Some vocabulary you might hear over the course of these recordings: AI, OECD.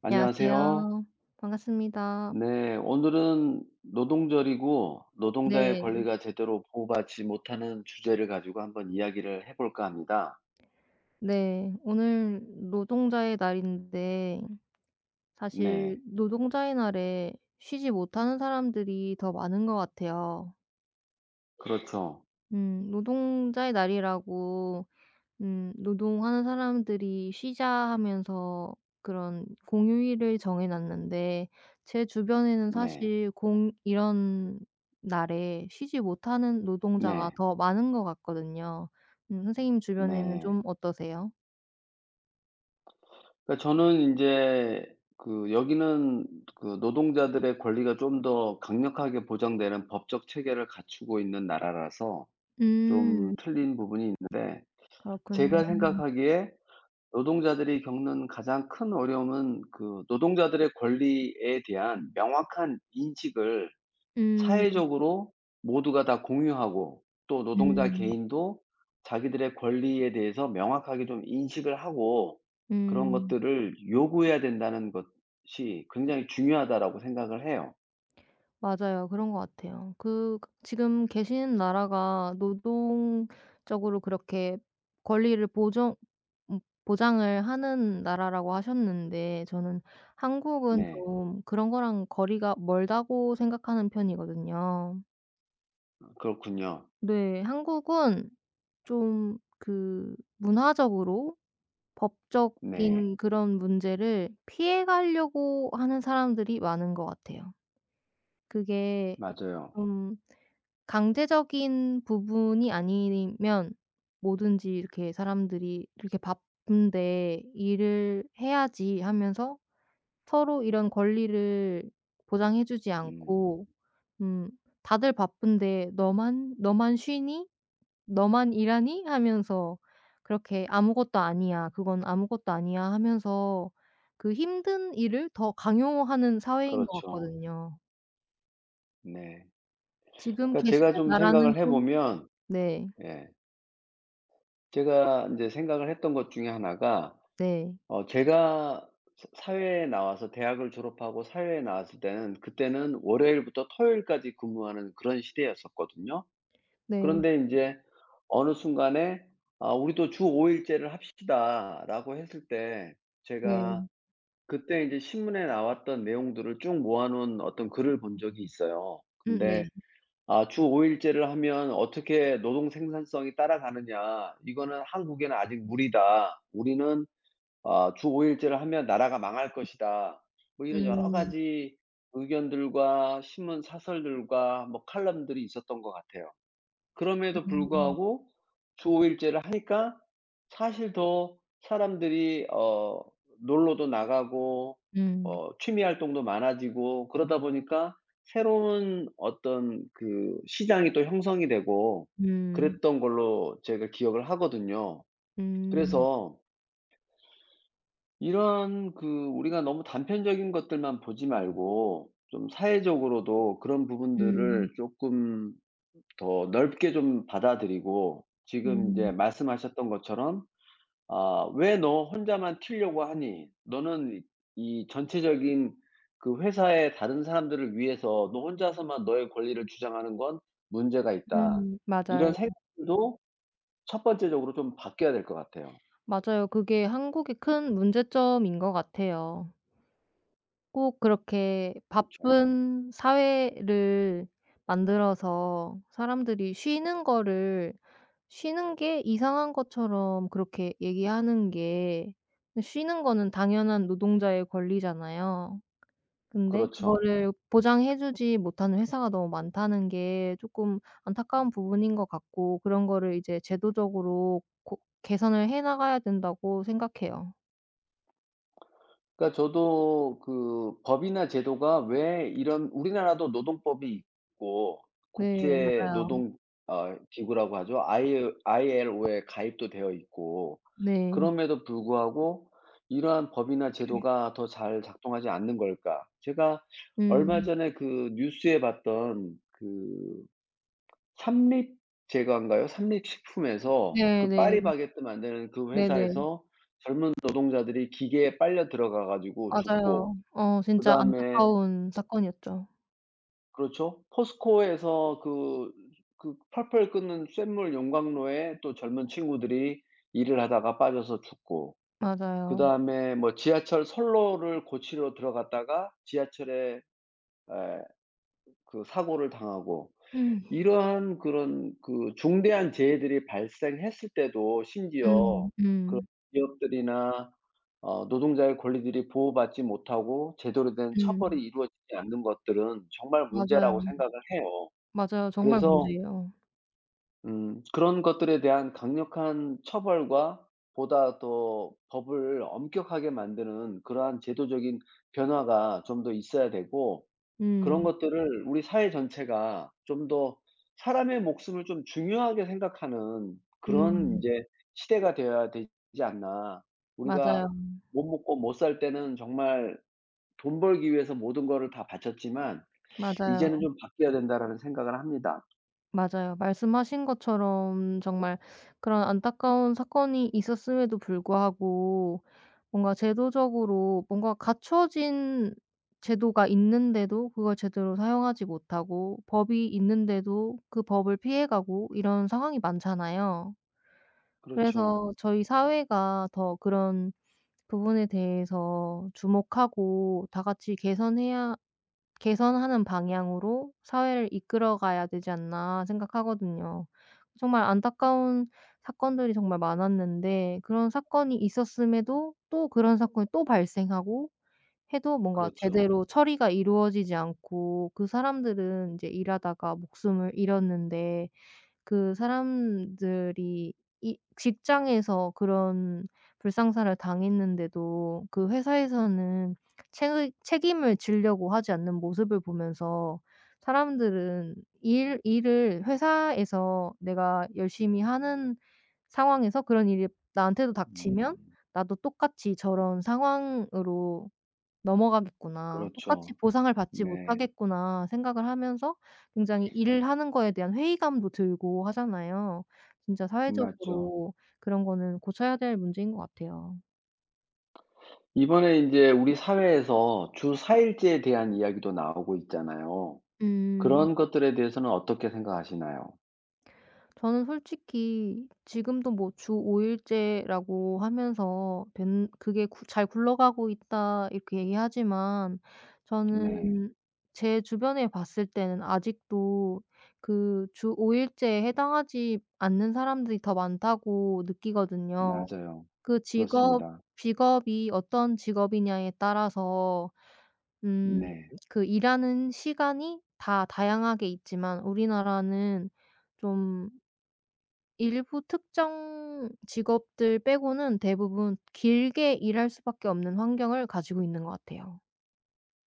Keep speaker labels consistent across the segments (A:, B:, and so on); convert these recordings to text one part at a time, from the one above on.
A: 안녕하세요.
B: 안녕하세요. 반갑습니다.
A: 네, 오늘은 노동절이고 노동자의
B: 네.
A: 권리가 제대로 보호받지 못하는 주제를 가지고 한번 이야기를 해 볼까 합니다.
B: 네. 오늘 노동자의 날인데
A: 네.
B: 사실
A: 네.
B: 노동자의 날에 쉬지 못하는 사람들이 더 많은 것 같아요.
A: 그렇죠.
B: 노동자의 날이라고 노동하는 사람들이 쉬자 하면서 그런 공휴일을 정해 놨는데 제 주변에는
A: 네.
B: 사실 공 이런 날에 쉬지 못하는 노동자가
A: 네.
B: 더 많은 것 같거든요. 선생님 주변에는
A: 네.
B: 좀 어떠세요?
A: 그러니까 저는 이제 그 여기는 그 노동자들의 권리가 좀 더 강력하게 보장되는 법적 체계를 갖추고 있는 나라라서 좀
B: 음.
A: 틀린 부분이 있는데,
B: 그렇군요.
A: 제가 생각하기에 노동자들이 겪는 가장 큰 어려움은 그 노동자들의 권리에 대한 명확한 인식을
B: 음.
A: 사회적으로 모두가 다 공유하고, 또 노동자
B: 음.
A: 개인도 자기들의 권리에 대해서 명확하게 좀 인식을 하고 그런
B: 음.
A: 것들을 요구해야 된다는 것이 굉장히 중요하다라고 생각을 해요.
B: 맞아요. 그런 것 같아요. 그 지금 계신 나라가 노동적으로 그렇게 권리를 보정 음 보장을 하는 나라라고 하셨는데 저는 한국은
A: 네.
B: 좀 그런 거랑 거리가 멀다고 생각하는 편이거든요.
A: 그렇군요.
B: 네. 한국은 좀 그 문화적으로
A: 네.
B: 법적인 그런 문제를 피해 가려고 하는 사람들이 많은 것 같아요. 그게
A: 맞아요.
B: 좀 강제적인 부분이 아니면 뭐든지 이렇게 사람들이 "이렇게 바쁜데 일을 해야지." 하면서 서로 이런 권리를 보장해 주지
A: 음.
B: 않고 음 "다들 바쁜데 너만 쉬니? 너만 일하니?" 하면서 그렇게 "아무것도 아니야. 그건 아무것도 아니야." 하면서 그 힘든 일을 더 강요하는 사회인 것
A: 그렇죠.
B: 같거든요.
A: 네.
B: 지금
A: 그러니까 제가
B: 계시는
A: 좀
B: 나라는
A: 생각을 해
B: 좀,
A: 보면,
B: 네.
A: 예. 제가 이제 생각을 했던 것 중에 하나가,
B: 네.
A: 제가 사 사회에 나와서 대학을 졸업하고 사회에 나왔을 때는, 그때는 월요일부터 토요일까지 근무하는 그런 시대였었거든요.
B: 네
A: 그런데 이제 어느 순간에 "아, 우리도 주 5 일제를 합시다."라고 했을 때, 제가
B: 네.
A: 그때 이제 신문에 나왔던 내용들을 쭉 모아 놓은 어떤 글을 본 적이 있어요.
B: 네.
A: 근데 주 5 일제를 하면 어떻게 노동 생산성이 따라가느냐. "이거는 한국에는 아직 무리다. 우리는 주 5 일제를 하면 나라가 망할 것이다." 뭐 이런 여러
B: 음.
A: 가지 의견들과 신문 사설들과 뭐 칼럼들이 있었던 것 같아요. 그럼에도
B: 음.
A: 불구하고 주 5 일제를 하니까 사실 더 사람들이 놀러도 나가고
B: 음.
A: 취미 활동도 많아지고, 그러다 보니까 새로운 어떤 그 시장이 또 형성이 되고
B: 음.
A: 그랬던 걸로 제가 기억을 하거든요.
B: 음.
A: 그래서 이런 그 우리가 너무 단편적인 것들만 보지 말고 좀 사회적으로도 그런
B: 음.
A: 부분들을 쪼끔 더 넓게 좀 받아들이고, 지금 이제
B: 음.
A: 말씀하셨던 것처럼 아, "왜 너 혼자만 튀려고 하니? 너는 이 전체적인 그 회사의 다른 사람들을 위해서 너 혼자서만 너의 권리를 주장하는 건 문제가 있다."
B: 음. 맞아요.
A: 이런 생각도 첫 번째적으로 좀 바뀌어야 될 것 같아요.
B: 맞아요. 그게 한국의 큰 문제점인 것 같아요. 꼭 그렇게
A: 그렇죠.
B: 바쁜 사회를 만들어서 사람들이 쉬는 거를, 쉬는 게 이상한 것처럼 그렇게 얘기하는 게, 쉬는 거는 당연한 노동자의 권리잖아요. 근데
A: 그렇죠.
B: 그거를 보장해 주지 못하는 회사가 너무 많다는 게 쪼끔 안타까운 부분인 것 같고, 그런 거를 이제 제도적으로 고 개선을 해 나가야 된다고 생각해요.
A: 그러니까 저도 그 법이나 제도가 왜 이런, 우리나라도 노동법이 있고
B: 네,
A: 국제
B: 맞아요.
A: 노동 기구라고 하죠. i ILO에 가입도 되어 있고
B: 네.
A: 그럼에도 불구하고 이러한 법이나 제도가 더 잘 작동하지 않는 걸까? 제가 얼마
B: 음.
A: 전에 그 뉴스에 봤던 그 삼립 제과인가요? 삼립식품에서 그
B: 네네.
A: 파리바게뜨 만드는 그
B: 네네.
A: 회사에서 젊은 노동자들이 기계에 빨려 들어가 가지고 죽고,
B: 맞아요. 진짜
A: 그다음에.
B: 안타까운 사건이었죠.
A: 그렇죠. 포스코에서 그 그 펄펄 끓는 쇳물 용광로에 또 젊은 친구들이 일을 하다가 빠져서 죽고,
B: 맞아요.
A: 그다음에 뭐 지하철 선로를 고치러 들어갔다가 지하철에, 에 그 사고를 당하고,
B: 음.
A: 이러한 그런 그 중대한 재해들이 발생했을 때도, 심지어
B: 음.
A: 그런
B: 음.
A: 기업들이나 노동자의 권리들이 보호받지 못하고 제대로 된
B: 음.
A: 처벌이 이루어지지 않는 것들은 정말
B: 맞아요.
A: 문제라고 생각을 해요.
B: 맞아요. 정말
A: 그래서
B: 문제예요.
A: 그런 것들에 대한 강력한 처벌과 보다 더 법을 엄격하게 만드는 그러한 제도적인 변화가 좀 더 있어야 되고, 그런
B: 음.
A: 것들을 우리 사회 전체가 좀 더 사람의 목숨을 좀 중요하게 생각하는 그런
B: 음.
A: 인제 시대가 되어야 되지 않나. 우리가
B: 맞아요.
A: 못 먹고 못 살 때는 정말 돈 벌기 위해서 모든 거를 다 바쳤지만,
B: 맞아요.
A: 이제는 좀 바뀌어야 된다라는 생각을 합니다.
B: 맞아요. 말씀하신 것처럼 정말 그런 안타까운 사건이 있었음에도 불구하고 뭔가 제도적으로 뭔가 갖춰진 제도가 있는데도 그걸 제대로 사용하지 못하고, 법이 있는데도 그 법을 피해가고, 이런 상황이 많잖아요.
A: 그렇죠.
B: 그래서 저희 사회가 더 그런 부분에 대해서 주목하고 다 같이 개선해야 개선하는 방향으로 사회를 이끌어 가야 되지 않나 생각하거든요. 정말 안타까운 사건들이 정말 많았는데 그런 사건이 있었음에도 또 그런 사건이 또 발생하고 해도 뭔가
A: 그렇죠.
B: 제대로 처리가 이루어지지 않고, 그 사람들은 이제 일하다가 목숨을 잃었는데, 그 사람들이 이 직장에서 그런 불상사를 당했는데도 그 회사에서는 책 책임을 지려고 하지 않는 모습을 보면서, 사람들은 일 일을 회사에서 내가 열심히 하는 상황에서 그런 일이 나한테도 닥치면
A: 음
B: 나도 똑같이 저런 상황으로 '넘어가겠구나. 똑같이
A: 그렇죠.
B: 보상을 받지
A: 네.
B: 못하겠구나.' 생각을 하면서 굉장히 일하는 거에 대한 회의감도 들고 하잖아요. 진짜
A: 맞죠.
B: 사회적으로 그런 거는 고쳐야 될 문제인 것 같아요.
A: 이번에 인제 우리 사회에서 주 4 일제에 대한 이야기도 나오고 있잖아요.
B: 음.
A: 그런 것들에 대해서는 어떻게 생각하시나요?
B: 저는 솔직히 지금도 뭐 주 5 일제라고 하면서 된 그게 구 "잘 굴러가고 있다." 이렇게 얘기하지만
A: 네.
B: 저는 제 주변에 봤을 때는 아직도 그 주 5 일제에 해당하지 않는 사람들이 더 많다고 느끼거든요.
A: 맞아요.
B: 그 직업
A: 그렇습니다.
B: 직업이 어떤 직업이냐에 따라서 음
A: 네.
B: 그 일하는 시간이 다 다양하게 있지만, 우리나라는 좀 일부 특정 직업들 빼고는 대부분 길게 일할 수밖에 없는 환경을 가지고 있는 것 같아요.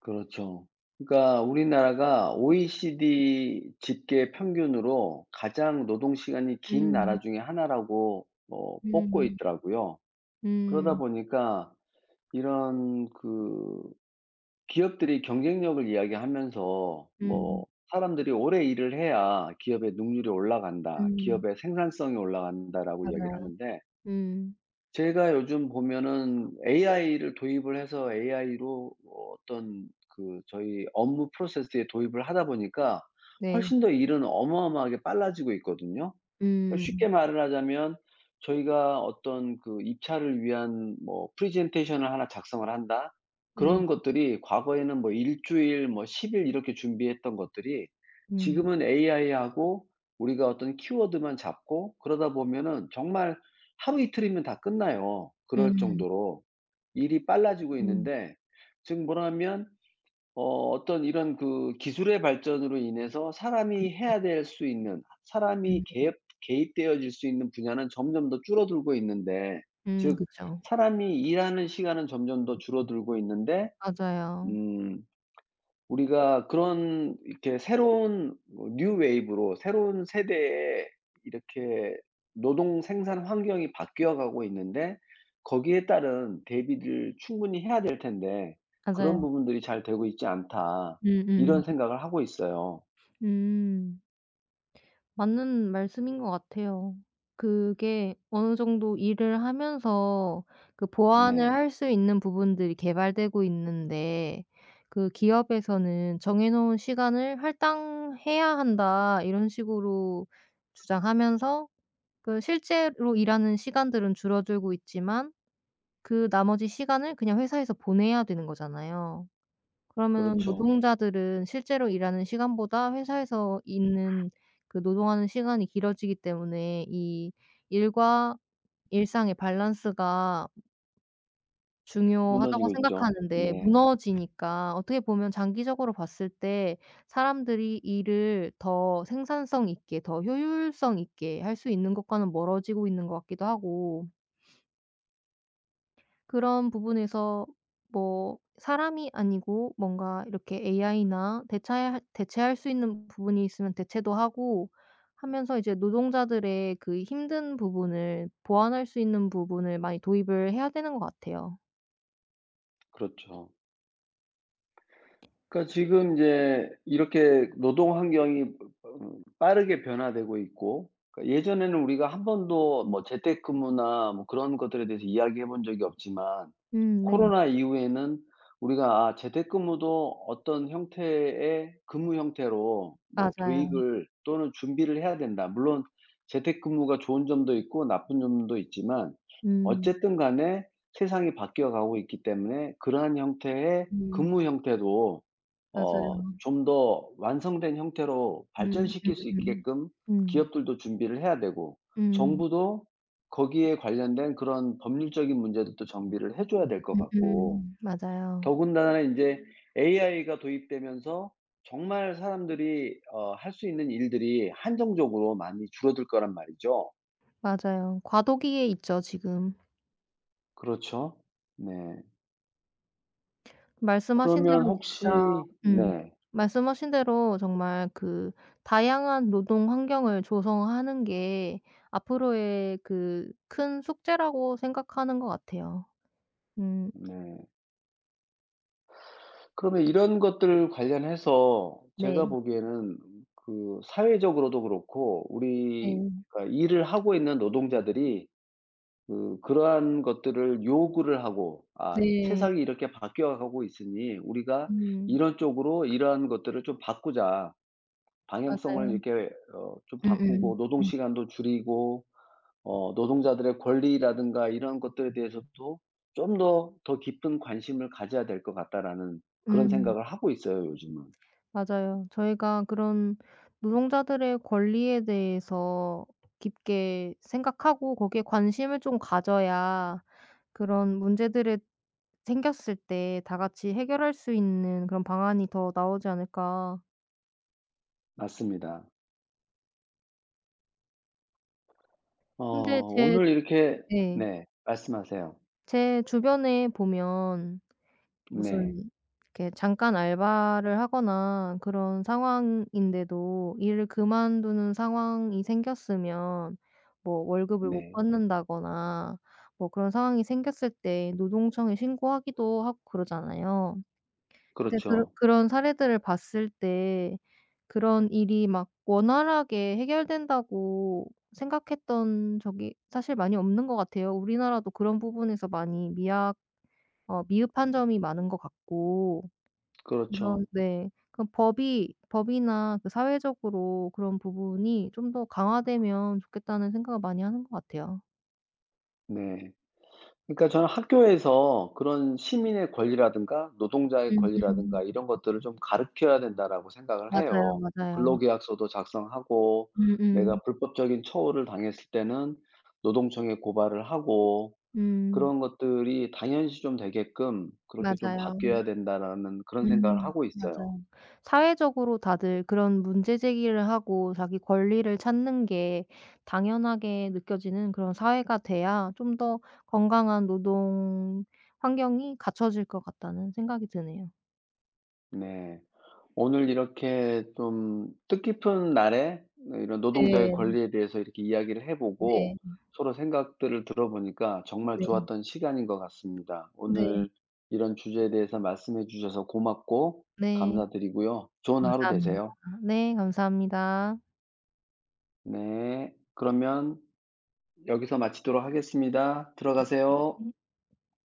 A: 그렇죠. 그러니까 우리나라가 OECD 집계 평균으로 가장 노동 시간이 긴 나라
B: 음.
A: 중에 하나라고 뽑고
B: 음.
A: 있더라고요. 그러다
B: 음.
A: 보니까 이런 그 기업들이 경쟁력을 이야기하면서
B: 음.
A: 뭐 "사람들이 오래 일을 해야 기업의 능률이 올라간다.
B: 음.
A: 기업의 생산성이 올라간다."라고 이야기를
B: 맞아요.
A: 하는데,
B: 음.
A: 제가 요즘 보면은 AI를 도입을 해서 AI로 어떤 그 저희 업무 프로세스에 도입을 하다 보니까
B: 네.
A: 훨씬 더 일은 어마어마하게 빨라지고 있거든요. 그러니까 쉽게
B: 음.
A: 말을 하자면, 저희가 어떤 그 입찰을 위한 뭐 프레젠테이션을 하나 작성을 한다.
B: 음.
A: 그런 것들이 과거에는 뭐 일 주일 뭐 10일 이렇게 준비했던 것들이,
B: 음.
A: 지금은 AI하고 우리가 어떤 키워드만 잡고 그러다 보면은 정말 하루 이틀이면 다 끝나요. 그럴
B: 음.
A: 정도로 일이 빨라지고
B: 음.
A: 있는데, 지금 뭐라면 어떤 이런 그 기술의 발전으로 인해서
B: 음.
A: 사람이 해야 될 수 있는, 사람이
B: 음.
A: 개입되어질 수 있는 분야는 점점 더 줄어들고 있는데,
B: 음.
A: 즉
B: 그쵸.
A: 사람이 일하는 시간은 점점 더 줄어들고 있는데,
B: 맞아요.
A: 음 우리가 그런, 이렇게 새로운 뭐 뉴 웨이브로 새로운 세대에 이렇게 노동 생산 환경이 바뀌어 가고 있는데, 거기에 따른 대비를 충분히 해야 될 텐데 그런
B: 맞아요.
A: 부분들이 잘 되고 있지 않다. 이런
B: 음음.
A: 생각을 하고 있어요.
B: 음. 음. 맞는 말씀인 것 같아요. 그게 어느 정도 일을 하면서 그 보완을
A: 네.
B: 할 수 있는 부분들이 개발되고 있는데, 그 기업에서는 "정해 놓은 시간을 할당해야 한다." 이런 식으로 주장하면서 그 실제로 일하는 시간들은 줄어들고 있지만 그 나머지 시간을 그냥 회사에서 보내야 되는 거잖아요. 그러면은
A: 그렇죠.
B: 노동자들은 실제로 일하는 시간보다 회사에서 있는 그 노동하는 시간이 길어지기 때문에 이 일과 일상의 밸런스가 중요하다고
A: 무너지고 있죠.
B: 생각하는데,
A: 네.
B: 무너지니까 어떻게 보면 장기적으로 봤을 때 사람들이 일을 더 생산성 있게 더 효율성 있게 할 수 있는 것과는 멀어지고 있는 것 같기도 하고, 그런 부분에서 뭐 사람이 아니고 뭔가 이렇게 AI나 대체할 수 있는 부분이 있으면 대체도 하고 하면서 이제 노동자들의 그 힘든 부분을 보완할 수 있는 부분을 많이 도입을 해야 되는 것 같아요.
A: 그렇죠. 그러니까 지금 이제 이렇게 노동 환경이 어 빠르게 변화되고 있고, 그러니까 예전에는 우리가 한 번도 뭐 재택근무나 뭐 그런 것들에 대해서 이야기해 본 적이 없지만
B: 네.
A: 코로나 이후에는 우리가 재택근무도 어떤 형태의 근무 형태로 뭐
B: 맞아요.
A: 도입을 또는 준비를 해야 된다. 물론 재택근무가 좋은 점도 있고 나쁜 점도 있지만,
B: 음.
A: 어쨌든 간에 세상이 바뀌어 가고 있기 때문에 그러한 형태의
B: 음.
A: 근무 형태도
B: 맞아요.
A: 좀 더 완성된 형태로 발전시킬 수
B: 음음.
A: 있게끔
B: 음.
A: 기업들도 준비를 해야 되고,
B: 음.
A: 정부도 거기에 관련된 그런 법률적인 문제도 또 정비를 해 줘야 될 것 같고,
B: 음음. 맞아요.
A: 더군다나 인제 AI가 도입되면서 정말 사람들이 할 수 있는 일들이 한정적으로 많이 줄어들 거란 말이죠.
B: 맞아요. 과도기에 있죠, 지금.
A: 그렇죠. 네.
B: 말씀하신
A: 그러면
B: 대로 진짜,
A: 혹시,
B: 음.
A: 네.
B: 말씀하신 대로 정말 그 다양한 노동 환경을 조성하는 게 앞으로의 그 큰 숙제라고 생각하는 것 같아요. 음
A: 네. 그러면 이런 것들 관련해서 제가
B: 네.
A: 보기에는, 그 사회적으로도 그렇고 우리
B: 네.
A: 가 일을 하고 있는 노동자들이 그 그러한 것들을 요구를 하고, '아,
B: 네.
A: 세상이 이렇게 바뀌어 가고 있으니 우리가
B: 음.
A: 이런 쪽으로 이러한 것들을 좀 바꾸자.' 방향성을
B: 맞아요.
A: 이렇게 좀
B: 음음.
A: 바꾸고 노동
B: 음.
A: 시간도 줄이고 노동자들의 권리라든가 이런 것들에 대해서도 좀 더 더 깊은 관심을 가져야 될 것 같다라는 그런
B: 음. 음.
A: 생각을 하고 있어요, 요즘은.
B: 맞아요. 저희가 그런 노동자들의 권리에 대해서 깊게 생각하고 거기에 관심을 좀 가져야 그런 문제들에 생겼을 때 다 같이 해결할 수 있는 그런 방안이 더 나오지 않을까.
A: 맞습니다.
B: 근데 제
A: 오늘 이렇게.
B: 네.
A: 네, 말씀하세요.
B: 제 주변에 보면
A: 네.
B: 무슨 이렇게 잠깐 알바를 하거나 그런 상황인데도 일을 그만두는 상황이 생겼으면 뭐 월급을 못
A: 네.
B: 받는다거나 뭐 그런 상황이 생겼을 때 노동청에 신고하기도 하고 그러잖아요. 근데 그런
A: 그렇죠.
B: 그런 사례들을 봤을 때 그런 일이 막 원활하게 해결된다고 생각했던 적이 사실 많이 없는 것 같아요. 우리나라도 그런 부분에서 많이 미약 어 미흡한 점이 많은 것 같고
A: 그렇죠.
B: 그런 네. 그 법이나 그 사회적으로 그런 부분이 좀 더 강화되면 좋겠다는 생각을 많이 하는 것 같아요.
A: 네. 그러니까 저는 학교에서 그런 시민의 권리라든가 노동자의 권리라든가
B: 음음.
A: 이런 것들을 좀 가르쳐야 된다라고 생각을
B: 맞아요,
A: 해요. 뭐
B: 맞아요.
A: 근로계약서도 작성하고
B: 음음.
A: 내가 불법적인 처우를 당했을 때는 노동청에 고발을 하고,
B: 음.
A: 그런 것들이 당연시 좀 되게끔 그렇게 좀
B: 맞아요.
A: 바뀌어야 된다라는 그런 생각을
B: 음.
A: 하고 있어요.
B: 맞아요. 사회적으로 다들 그런 문제 제기를 하고 자기 권리를 찾는 게 당연하게 느껴지는 그런 사회가 돼야 좀 더 건강한 노동 환경이 갖춰질 것 같다는 생각이 드네요.
A: 네. 오늘 이렇게 좀 뜻깊은 날에 이런 노동자의
B: 네.
A: 권리에 대해서 이렇게 이야기를 해보고
B: 네.
A: 서로 생각들을 들어보니까 정말
B: 네.
A: 좋았던 시간인 것 같습니다.
B: 네.
A: 오늘 이런 주제에 대해서 말씀해 주셔서 고맙고
B: 네.
A: 감사드리고요. 좋은 하루
B: 감사합니다.
A: 되세요.
B: 네, 감사합니다.
A: 네. 그러면 여기서 마치도록 하겠습니다. 들어가세요.